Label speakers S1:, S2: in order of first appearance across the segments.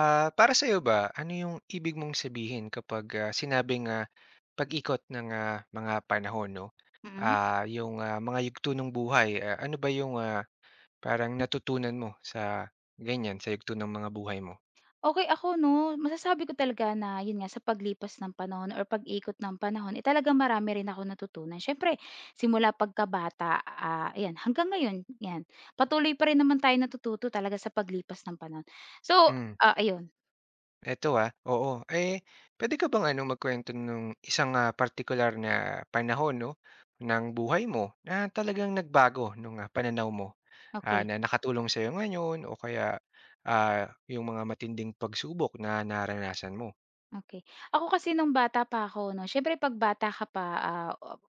S1: Para sa iyo ba, ano yung ibig mong sabihin kapag, sinabing, pag-ikot ng mga panahon 'no?
S2: Mm.
S1: Yung mga yugto ng buhay, ano ba yung, parang natutunan mo sa ganyan, sa yugto ng mga buhay mo?
S2: Okey ako 'no, masasabi ko talaga na yun nga sa paglipas ng panahon or pag-ikot ng panahon, eh, talagang marami rin akong natutunan. Siyempre simula pagkabata, ayan hanggang ngayon, 'yan. Patuloy pa rin naman tayong natututo talaga sa paglipas ng panahon. So,
S1: Hmm.
S2: ayun,
S1: Eto, oo. Eh, puwede ka bang ano, magkuwento nung isang, particular na panahon 'no, ng buhay mo na talagang nagbago nung, pananaw mo,
S2: okey.
S1: na nakatulong sa sa'yo ngayon o kaya, yung mga matinding pagsubok na naranasan mo?
S2: Okey. Ako kasi nung bata pa ako 'no, siyempre 'pag bata ka pa,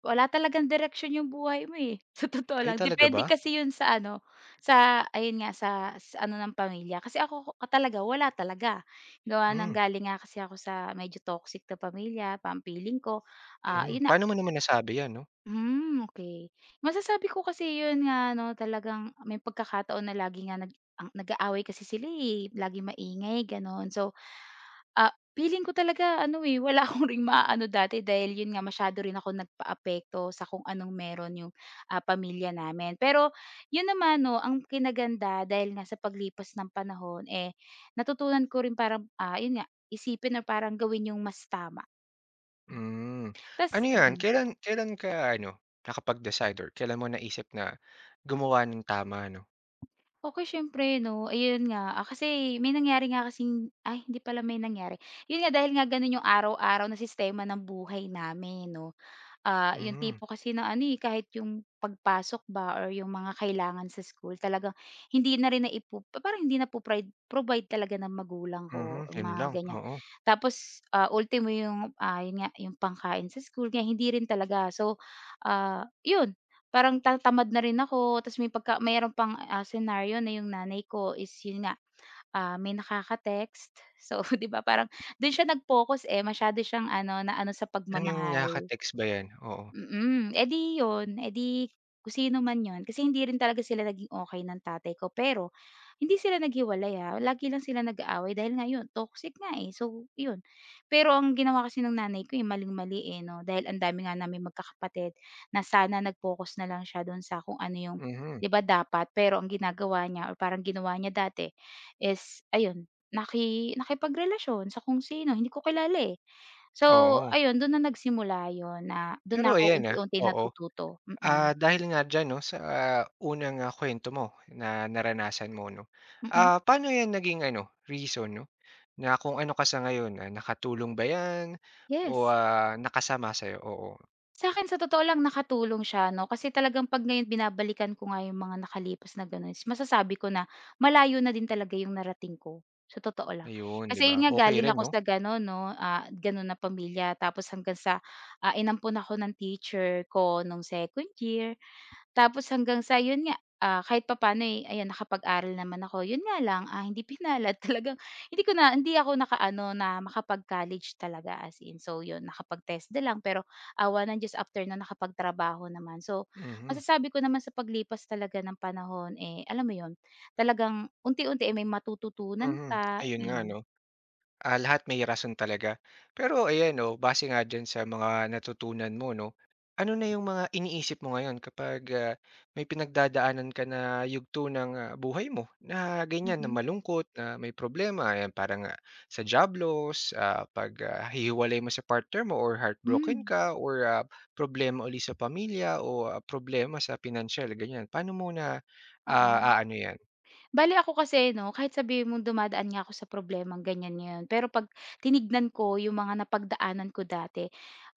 S2: wala talagang direksyon yung buhay mo, eh, sa totoo
S1: Ay,
S2: lang.
S1: talaga ba?
S2: Depende kasi yun sa ano, sa ayun nga, sa ano ng pamilya. Kasi ako talaga wala talaga. Gawa ng
S1: Hmm,
S2: galing nga kasi ako sa medyo toxic na pamilya, pa ang feeling ko. Ah,
S1: mhm.
S2: yun na
S1: Paano mo naman nasabi 'yan 'no?
S2: hmm, okey. Masasabi ko kasi yun nga 'no, talagang may pagkakataon na lagi nga nag-aaway kasi sila, eh, laging maingay gano'n. So feeling ko talaga ano, eh, wala akong ring maaano dati dahil yun nga masyado rin akong nagpaapekto sa kung anong meron yung, pamilya namin. Pero yun naman 'no, ang kinaganda dahil nga sa paglipas ng panahon, eh, natutunan ko rin parang, yun nga, isipin na parang gawin yung mas tama.
S1: Hmm.
S2: Tas
S1: Ano 'yan,
S2: mm.
S1: kailan kailan ka ano, nakapag-decide or kailan mo naisip na gumawa ng tama 'no?
S2: Okey siyempre 'no, ayun nga, kasi may nangyari nga kasing ay hindi pala may nangyari. Yun nga dahil nga ganun yung araw-araw na sistema ng buhay namin 'no, yung
S1: Mhm,
S2: tipo kasi na ano, eh, kahit yung pagpasok ba or yung mga kailangan sa school talagang hindi na rin naipo parang hindi na provide talaga ng magulang
S1: mhm,
S2: ko,
S1: yun
S2: mga
S1: lang,
S2: ganyan.
S1: oo.
S2: Tapos, ultimo yung, yun nga, yung pangkain sa school kaya hindi rin talaga. So, yun parang tatamad na rin ako tapos may pagka mayro'n pang, senaryo na yung nanay ko is yun nga, may nakaka-text. So, 'di ba parang dun siya nag-focus, eh, masyado siyang ano, na ano sa
S1: Ano yung
S2: pagmamahal.
S1: nakaka-text ba yan? Oo,
S2: Mm, eh, di yun, eh, di kung sino man yun kasi hindi rin talaga sila naging okey ng tatay ko pero hindi sila naghiwalay, lagi lang sila nag-aaway dahil nga yun toxic nga, eh, so yun. Pero ang ginawa kasi ng nanay ko, eh, maling-mali, eh, 'no, dahil ang dami nga naming magkakapatid na sana nag-focus na lang siya dun sa kung ano yung
S1: mhm,
S2: 'di ba dapat pero ang ginagawa niya or parang ginawa niya dati is ayun, nakipagrelasyon sa kung sino, hindi ko kilala, eh. So,
S1: oo.
S2: ayun dun na nagsimula yon na dun na
S1: Pero
S2: ako
S1: ayan,
S2: unti-unti
S1: oo,
S2: natututo,
S1: ah,
S2: mm,
S1: dahil nga diyan 'no sa unang, kuwento mo na naranasan mo 'no,
S2: mm.
S1: ah, paano yan naging ano reason 'no, na kung ano ka sa ngayon, nakatulong ba yan o,
S2: Yes,
S1: ah, nakasama sa'yo? Oo,
S2: sa'kin sa totoo lang nakatulong siya 'no, kasi talagang 'pag ngayon binabalikan ko nga yung mga nakalipas na gano'n is masasabi ko na malayo na din talaga yung narating ko, sa totoo lang.
S1: ayun 'di
S2: Kasi
S1: ba,
S2: yun nga
S1: okey
S2: galing
S1: rin
S2: ako
S1: 'no?
S2: sa gano'n 'no, gano'n na pamilya tapos hanggang sa, inampon ako ng teacher ko nung second year. Tapos hanggang sa yun nga, kahit papaano, eh, ayan nakapag-aral naman ako. Yun nga lang, hindi pinalad talagang hindi ako nakaano na makapag-college talaga as in. So yun, nakapag-TESDA test lang pero awa ng Diyos after nun nakapagtrabaho naman. So
S1: Mhm,
S2: masasabi ko naman sa paglipas talaga ng panahon, eh, alam mo yun, talagang unti-unti, eh, may matututunan
S1: mhm,
S2: ka,
S1: ayun nga 'no.
S2: yun.
S1: Lahat may rason talaga. Pero ayan 'no, base nga diyan sa mga natutunan mo 'no, ano na yung mga iniisip mo ngayon kapag, may pinagdadaanan ka na yugto ng buhay mo na ganyan, na
S2: Mm.
S1: malungkot, na may problema, ayan parang, sa job loss, 'pag, hihiwalay mo sa partner mo or heartbroken
S2: Hmm,
S1: ka or, problema uli sa pamilya o, problema sa pinansiyal ganyan. Paano mo na,
S2: oo.
S1: ah, aano yan?
S2: Bale ako kasi 'no, kahit sabihin mong dumadaan nga ako sa problemang ganyan ngayon, pero 'pag tinignan ko yung mga napagdaanan ko dati,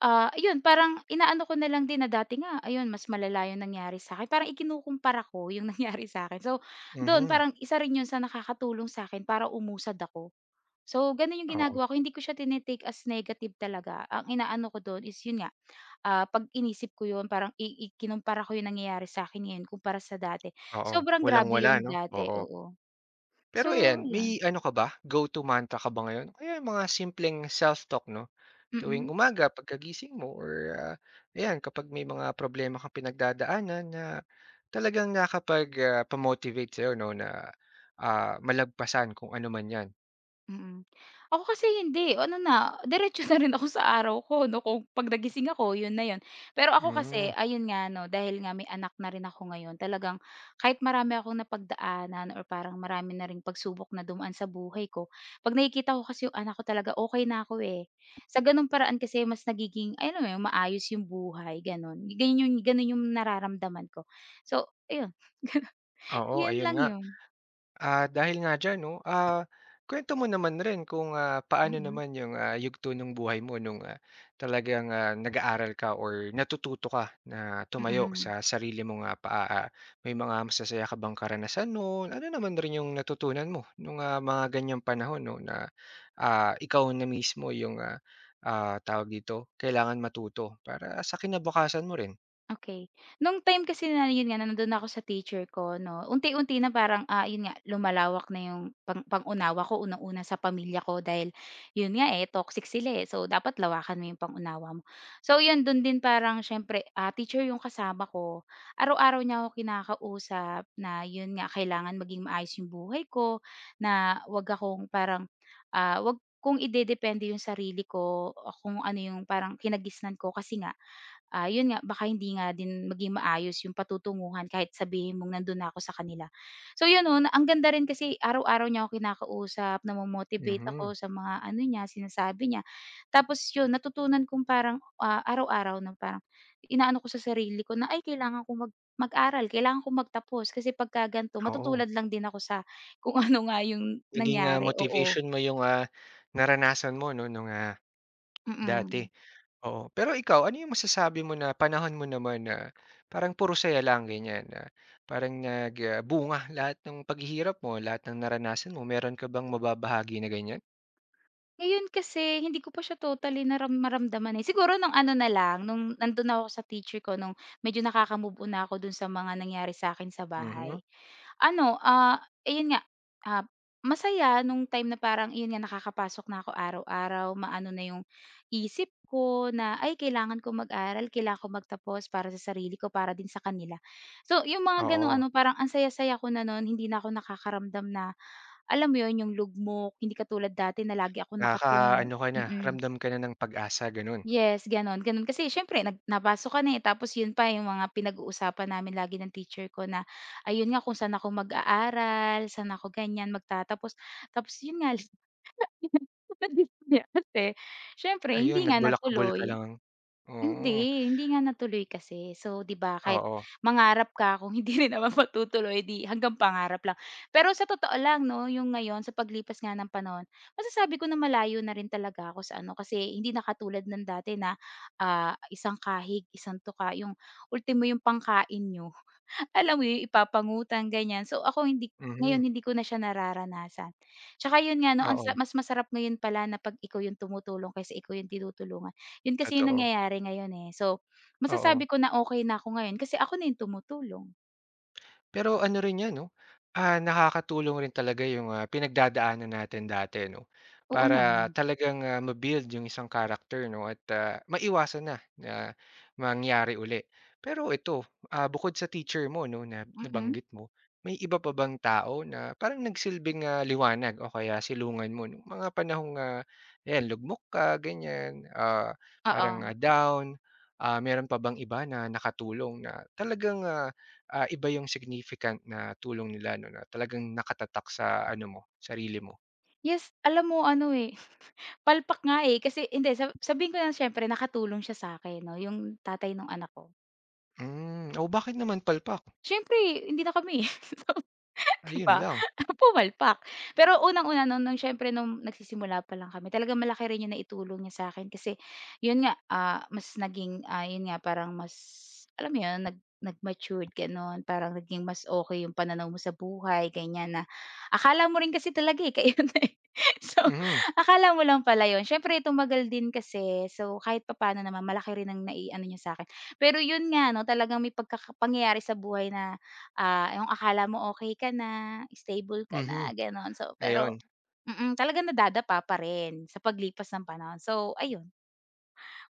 S2: ayun parang inaano ko na lang din na dati nga ayun mas malala yung nangyari sa'kin, parang ikinukumpara ko yung nangyari sa'kin. So do'n
S1: Mhm,
S2: parang isa rin yun sa nakakatulong sa akin para umusad ako. So gano'n yung
S1: oo,
S2: ginagawa ko, hindi ko siya tini as negative talaga. Ang inaano ko do'n is yun nga, 'pag inisip ko yun parang i ko yung nangyayari sa'kin ngayon kumpara sa dati.
S1: oo.
S2: Sobrang grabe
S1: Walang-wala
S2: yun
S1: 'no?
S2: dati,
S1: Oo.
S2: oo.
S1: Pero ayan,
S2: So,
S1: may
S2: yun.
S1: ano ka ba, go to mantra ka ba ngayon? O kaya mga simpleng self-talk 'no, tuwing
S2: Mm,
S1: umaga pagkagising mo or, ayan kapag may mga problema kang pinagdadaanan na talagang nakakapag, pa-motivate sa'yo 'no na, malagpasan kung ano man 'yan.
S2: mm. Ako kasi hindi, ano na, diretso na rin ako sa araw ko 'no, kung 'pag nagising ako, yun na yun. Pero ako
S1: Hmm,
S2: kasi, ayun nga 'no, dahil nga may anak na rin ako ngayon, talagang kahit marami akong napagdaanan or parang marami na ring pagsubok na dumaan sa buhay ko, 'pag nakikita ko kasi yung anak ko talaga, okay na ako, eh. Sa gano'ng paraan kasi mas nagiging alam mo yun, maayos yung buhay, gano'n. Ganun yung nararamdaman ko. So, ayun,
S1: oo
S2: yun
S1: ayun
S2: lang
S1: nga.
S2: yun.
S1: Dahil nga diyan 'no, kuwento mo naman rin kung, paano
S2: Mm,
S1: naman yung, yugto ng buhay mo nung, talagang, nag-aaral ka or natututo ka na tumayo
S2: mm.
S1: sa sarili mong, paa, may mga masasaya ka bang karanasan no'n? Ano naman rin yung natutunan mo nung, mga ganiyang panahon 'no na, ikaw na mismo yung, tawag dito, kailangan matuto para sa kinabukasan mo rin?
S2: Okay, nung time kasi na yun nga na nandun ako sa teacher ko 'no, unti-unti na parang, yun nga lumalawak na yung pangunawa ko unang-una sa pamilya ko dahil yun nga, eh, toxic sila, eh. So, dapat lawakan mo yung pangunawa mo. So, yun dun din parang siyempre, teacher yung kasama ko. Araw-araw niya ako kinakausap na yun nga kailangan maging maayos yung buhay ko, na wag akong parang, wag kung idedepende yung sarili ko, kung ano yung parang kinagisnan ko kasi nga yun nga baka hindi nga din maging maayos yung patutunguhan kahit sabihin mong nandun na ako sa kanila. So yun nun, ang ganda rin kasi araw-araw niya ako kinakausap, namo-motivate
S1: Mhm,
S2: ako sa mga ano niya, sinasabi niya. Tapos yun, natutunan kong parang, araw-araw na parang inaano ko sa sarili ko na, "Ay kailangan kong mag-aral, kailangan kong magtapos kasi pagka gan'to
S1: oo.
S2: matutulad lang din ako sa kung ano nga yung
S1: Naging,
S2: nangyari." Oo,
S1: motivation mo yung, naranasan mo 'no nung.
S2: mm.
S1: Dati,
S2: mm.
S1: oo. Pero ikaw, ano yung masasabi mo na panahon mo naman na parang puro saya lang ganyan na parang lahat ng paghihirap mo, lahat ng naranasan mo, meron ka bang mababahagi na ganyan?
S2: Ngayon kasi hindi ko pa siya totally maramdaman, eh. Siguro nung ano na lang, nung nandun na ako sa teacher ko nung medyo nakaka-move on na ako dun sa mga nangyari sa'kin sa
S1: Mhm,
S2: bahay. Ano, ayun nga, ah, masaya nung time na parang iyon nga nakakapasok na ako araw-araw, maano na yung isip ko na, "Ay kailangan ko mag-aral, kailangan ko magtapos para sa sarili ko, para din sa kanila." So, yung mga gano'ng
S1: oo.
S2: ano, parang ang saya-saya ko na no'n, hindi na ako nakakaramdam na, alam mo yun yung lugmok, hindi katulad dati na lagi ako nakatungo,
S1: Nakaka-ano ka na,
S2: mm. mm.
S1: ramdam ka na ng pag-asa gano'n?
S2: Yes, gano'n, gano'n. Kasi siyempre napasok ka na, eh, tapos 'yun pa yung mga pinag-uusapan namin lagi ng teacher ko na, ayun nga kung saan ako mag-aaral, saan ako ganyan magtatapos. Tapos 'yun nga, nandito si ate. Siyempre
S1: Ayun,
S2: hindi nga
S1: nagbulakbol ka
S2: natuloy.
S1: lang. Oo,
S2: Hindi, hindi nga natuloy kasi. So, 'di ba, kahit
S1: oo.
S2: mangarap ka kung hindi rin naman matutuloy, 'di hanggang pangarap lang. Pero sa totoo lang 'no, yung ngayon sa paglipas nga ng panahon, masasabi ko na malayo na rin talaga ako sa ano, kasi hindi na katulad ng dati na, isang kahig, isang tuka, yung ultimo yung pangkain niyo alam mo yun, ipapangutan ganyan. So, ako hindi
S1: Mhm,
S2: ngayon hindi ko na siya nararanasan. Tsaka yun nga 'no, ang
S1: oo,
S2: sa mas masarap ngayon pala na 'pag ikaw yung tumutulong kaysa ikaw yung tinutulungan. Yun kasi yung
S1: totoo,
S2: nangyayari ngayon, eh. So, masasabi
S1: oo.
S2: ko na okay na ako ngayon kasi ako na yung tumutulong.
S1: Pero ano rin 'yan 'no, nakakatulong rin talaga yung, pinagdadaanan natin dati 'no,
S2: Oo
S1: para
S2: naman,
S1: talagang, yung isang character 'no at, maiwasan na na mangyari uli. Pero ito, bukod sa teacher mo 'no na
S2: mm,
S1: nabanggit mo, may iba pa bang tao na parang nagsilbing, liwanag o kaya silungan mo nung mga panahong, ayan lugmok ka ganyan, parang,
S2: oo.
S1: ah, down? Meron pa bang iba na nakatulong na talagang, iba yung significant na tulong nila 'no, na talagang nakatatak sa ano mo, sarili mo.
S2: Yes, alam mo ano, eh, palpak nga, eh, kasi hindi sa sabihin ko na siyempre nakatulong siya sa akin 'no, yung tatay ng anak ko.
S1: Hmm, oh, bakit naman palpak?
S2: Siyempre hindi na kami, eh. So, 'di
S1: Ayun
S2: ba,
S1: lang,
S2: pumalpak. Pero unang-una no'n no'ng siyempre no'ng nagsisimula pa lang kami talagang malaki rin 'yung naitulong niya sa'kin kasi 'yun nga, mas naging, 'yun nga parang mas alam mo 'yun, nag-matured gano'n, parang naging mas okey 'yung pananaw mo sa buhay ganiyan na akala mo rin kasi talaga, eh, kayo na, eh. So,
S1: mhm,
S2: akala mo lang pala 'yun. Siyempre tumagal din kasi so kahit papaano naman malaki rin ang naiano niya sa'kin. Pero yun nga 'no, talagang may pangyayari sa buhay na, yung akala mo okay ka na, stable ka
S1: mhm,
S2: na, gano'n. So,
S1: ayun.
S2: pero mm, talagang nadadapa pa rin sa paglipas ng panahon. So, ayun,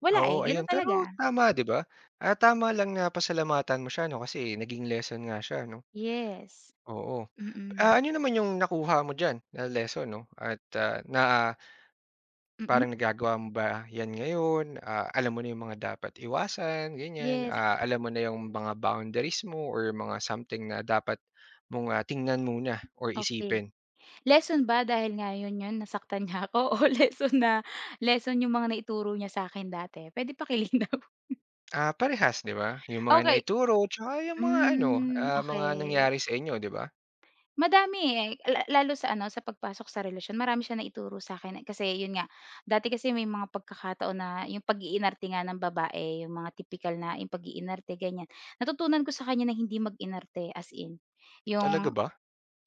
S2: wala,
S1: Oo,
S2: eh,
S1: ayun
S2: gano'n
S1: pero
S2: talaga.
S1: tama 'di ba? Tama lang na pasalamatan mo siya 'no, kasi naging lesson nga siya 'no,
S2: Yes.
S1: oo. Ah,
S2: Mm.
S1: ano naman yung nakuha mo diyan na lesson 'no at, ah, na
S2: Mm.
S1: parang nagagawa mo ba 'yan ngayon? Alam mo na yung mga dapat iwasan, ganyan.
S2: Yes,
S1: Alam mo na yung mga boundaries mo or mga something na dapat mong, tingnan muna or
S2: okay.
S1: isipin.
S2: Lesson ba dahil nga yun yun, nasaktan niya ako o lesson na lesson yung mga naituro niya sa sa'kin dati? Puwede pakilinaw.
S1: Parehas, 'di ba? Yung mga
S2: Okay.
S1: naituro tsaka yung mga ano,
S2: Hmm,
S1: ah, mga
S2: okay.
S1: nangyari sa inyo, 'di ba?
S2: Madami, eh, lalo sa ano, sa pagpasok sa relasyon marami siyang naituro sa akin, kasi yun nga, dati kasi may mga pagkakataon na yung pag-iinarte nga ng babae, yung mga tipikal na yung pag-iinarte ganyan. Natutunan ko sa kanya na hindi mag-inarte as in,
S1: Talaga
S2: yung
S1: ba?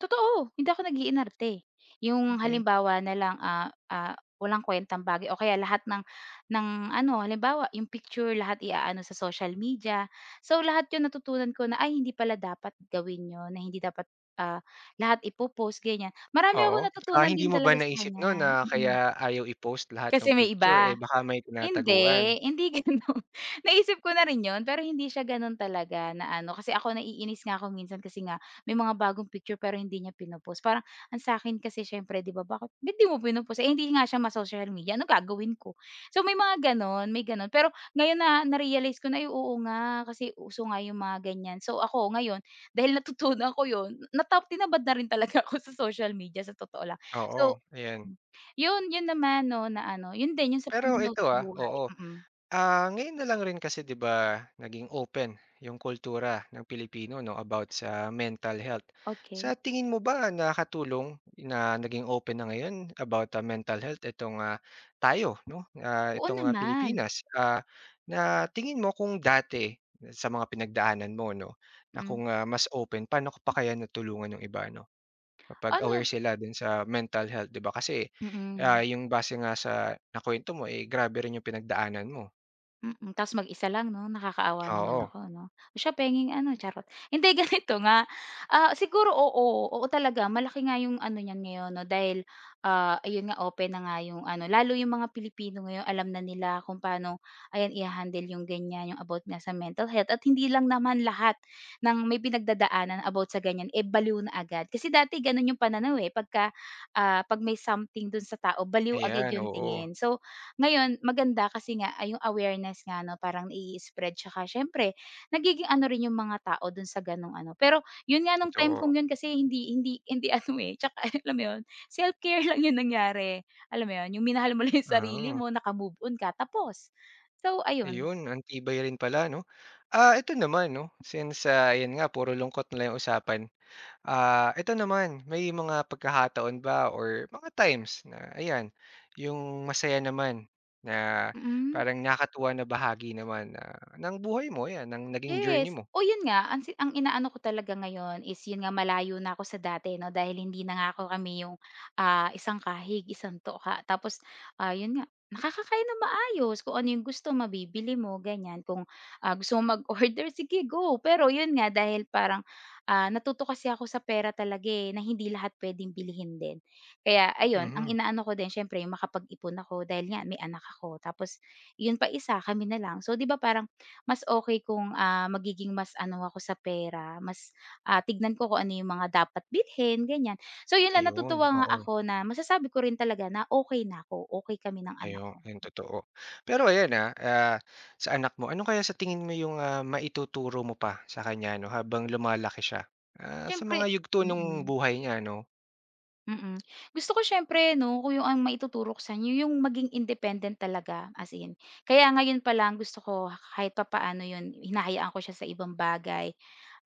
S2: totoo, hindi ako nag-iinarte. Yung
S1: Okay.
S2: halimbawa na lang, walang kuwentang bagay o kaya lahat ng ano, halimbawa yung picture lahat iaano sa social media. So, lahat yun natutunan ko na, ay hindi pala dapat gawin yun, na hindi dapat, ah, lahat ipo-post ganyan. Marami
S1: Oo.
S2: akong
S1: Ah,
S2: natutunan
S1: hindi
S2: din
S1: mo ba
S2: talaga sa
S1: naisip no'n
S2: kanya,
S1: na kaya
S2: mm.
S1: ayaw i-post lahat ng
S2: Kasi may
S1: picture, eh,
S2: iba.
S1: baka may tinataguan?
S2: Hindi, hindi gano'n. Naisip ko na rin 'yun, pero hindi siya gano'n talaga na ano, kasi ako naiinis nga ako minsan kasi nga may mga bagong picture pero hindi niya pino-post. Parang ang sa akin kasi siyempre 'di ba, bakit ba't di mo pino eh, hindi nga siya ma-social media, ano gagawin ko? So, may mga gano'n, may gano'n. Pero ngayon na na-realize ko na, ay oo nga, kasi uso nga yung mga ganiyan. So, ako ngayon dahil natutunan ko 'yun, tinamad na rin talaga ako sa social media sa totoo lang.
S1: Oo,
S2: So
S1: ayan.
S2: yun, yun naman 'no na ano, yun din yung sa
S1: Pero
S2: paningaw
S1: ito,
S2: sa buhay,
S1: oo. Ngayon na lang rin kasi 'di ba, naging open yung kultura ng Pilipino 'no, about sa mental health. Sa
S2: Okey.
S1: tingin mo ba nakatulong na naging open na ngayon about, mental health itong, tayo 'no,
S2: Oo
S1: itong,
S2: naman,
S1: Pilipinas? Na tingin mo kung dati sa mga pinagdaanan mo 'no, na
S2: mm.
S1: kung, mas open paano ka pa kaya natulungan yung iba 'no, kapag aware
S2: Ano
S1: sila din sa mental health 'di ba? Kasi,
S2: mm.
S1: yung base nga sa nakuwento mo, eh, grabe rin yung pinagdaanan mo.
S2: Ta's mag-isa lang 'no, nakakaawa naman
S1: Oo,
S2: ako 'no. Siya pengeng ano, charot. Hindi ganito nga, siguro oo, oo talaga malaki nga yung ano niyan ngayon 'no dahil, ayun nga open na nga yung ano lalo yung mga Pilipino ngayon alam na nila kung paano ayan i-ha-handle yung ganyan, yung about nga sa mental health at hindi lang naman lahat ng may pinagdadaanan about sa ganyan, eh, baliw na agad. Kasi dati gano'n yung pananaw, eh, pagka, 'pag may something do'n sa tao baliw agad
S1: ayan,
S2: yung
S1: oo,
S2: tingin. So, ngayon maganda kasi nga ay yung awareness nga 'no parang i spread siya siyempre nagiging ano rin yung mga tao dun sa ganong ano. Pero yun nga nung time kong
S1: totoo.
S2: yun kasi hindi hindi hindi ano, eh, tsaka alam mo yun, self-care lang yung nangyari. Alam mo yun, yung minahal mo lang yung sarili
S1: Ah,
S2: mo, naka-move on ka tapos. So ayun,
S1: ayun ang tibay rin pala 'no. Ito naman 'no, since, ayan nga puro lungkot na lang yung usapan. Ito naman, may mga pagkakataon ba or mga times na ayan, yung masaya naman na
S2: mm.
S1: parang nakatuwa na bahagi naman na ng buhay mo, ayan, ng naging journey
S2: Yes.
S1: mo?
S2: O yun nga, ang inaano ko talaga ngayon is yun nga malayo na ako sa dati 'no, dahil hindi na nga kami yung, isang kahig, isang tukha. Tapos, yun nga, nakakakain na maayos, kung ano yung gusto mabibili mo ganyan. Kung, gusto mo mag-order, sige go. Pero yun nga dahil parang, natuto kasi ako sa pera talaga, eh, na hindi lahat puwedeng bilhin din. Kaya ayun, ang
S1: Mhm,
S2: inaano ko din siyempre makapag-ipon ako dahil nga may anak ako. Tapos yun pa isa, kami na lang. So 'di ba parang mas okay kung, magiging mas ano ako sa pera, mas, tignan ko kung ano yung mga dapat bilhin, ganyan. So yun lang,
S1: ayun,
S2: natutuwa nga
S1: oo.
S2: ako na masasabi ko rin talaga na okay na ako, okay kami ng anak
S1: Ayon,
S2: ko.
S1: yun totoo. Pero ayan, sa anak mo, ano kaya sa tingin mo yung, maituturo mo pa sa kanya 'no habang lumalaki siya, sa
S2: Siyempre
S1: mga yugto ng
S2: mm.
S1: buhay niya 'no?
S2: Mm. Gusto ko siyempre 'no, kung yung ang maituturo ko sa inyo yung maging independent talaga, as in. Kaya ngayon pa lang gusto ko kahit papaano yun, hinahayaan ko siya sa ibang bagay.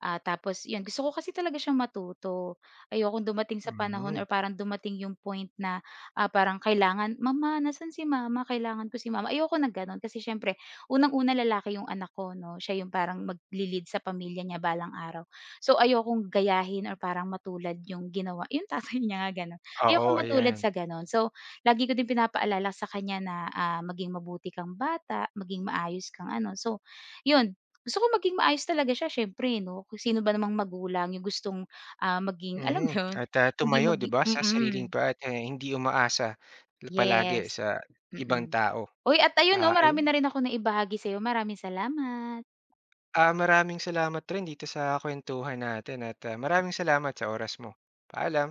S2: Ah, tapos yun, gusto ko kasi talaga siyang matuto. Ayokong dumating sa panahon
S1: Mhm,
S2: or parang dumating yung point na, parang kailangan, "Mama, nasaan si mama? Kailangan ko si mama." Ayoko ng gano'n kasi siyempre unang-una lalaki yung anak ko 'no, siya yung parang magle-lead sa pamilya niya balang araw. So, ayokong gayahin or parang matulad yung ginawa yung tatay niya nga gano'n.
S1: oo
S2: Ayokong matulad
S1: ayan.
S2: sa gano'n. So, lagi ko din pinapaalala sa kanya na, maging mabuti kang bata, maging maayos kang ano. So, yun, gusto ko maging maayos talaga siya siyempre 'no, kung sino ba namang magulang yung gustong, maging alam mo
S1: Mhm,
S2: yun,
S1: at,
S2: hindi
S1: tumayo 'di
S2: maging
S1: ba sa sariling paa at, hindi umaasa palagi
S2: yes,
S1: sa
S2: mm.
S1: ibang
S2: mm
S1: tao.
S2: Uy, at ayun 'no,
S1: Ah,
S2: marami
S1: ayun,
S2: na rin ako na ibahagi sa'yo. Maraming salamat.
S1: ah, maraming salamat rin dito sa kuwentuhan natin at, maraming salamat sa oras mo. Paalam.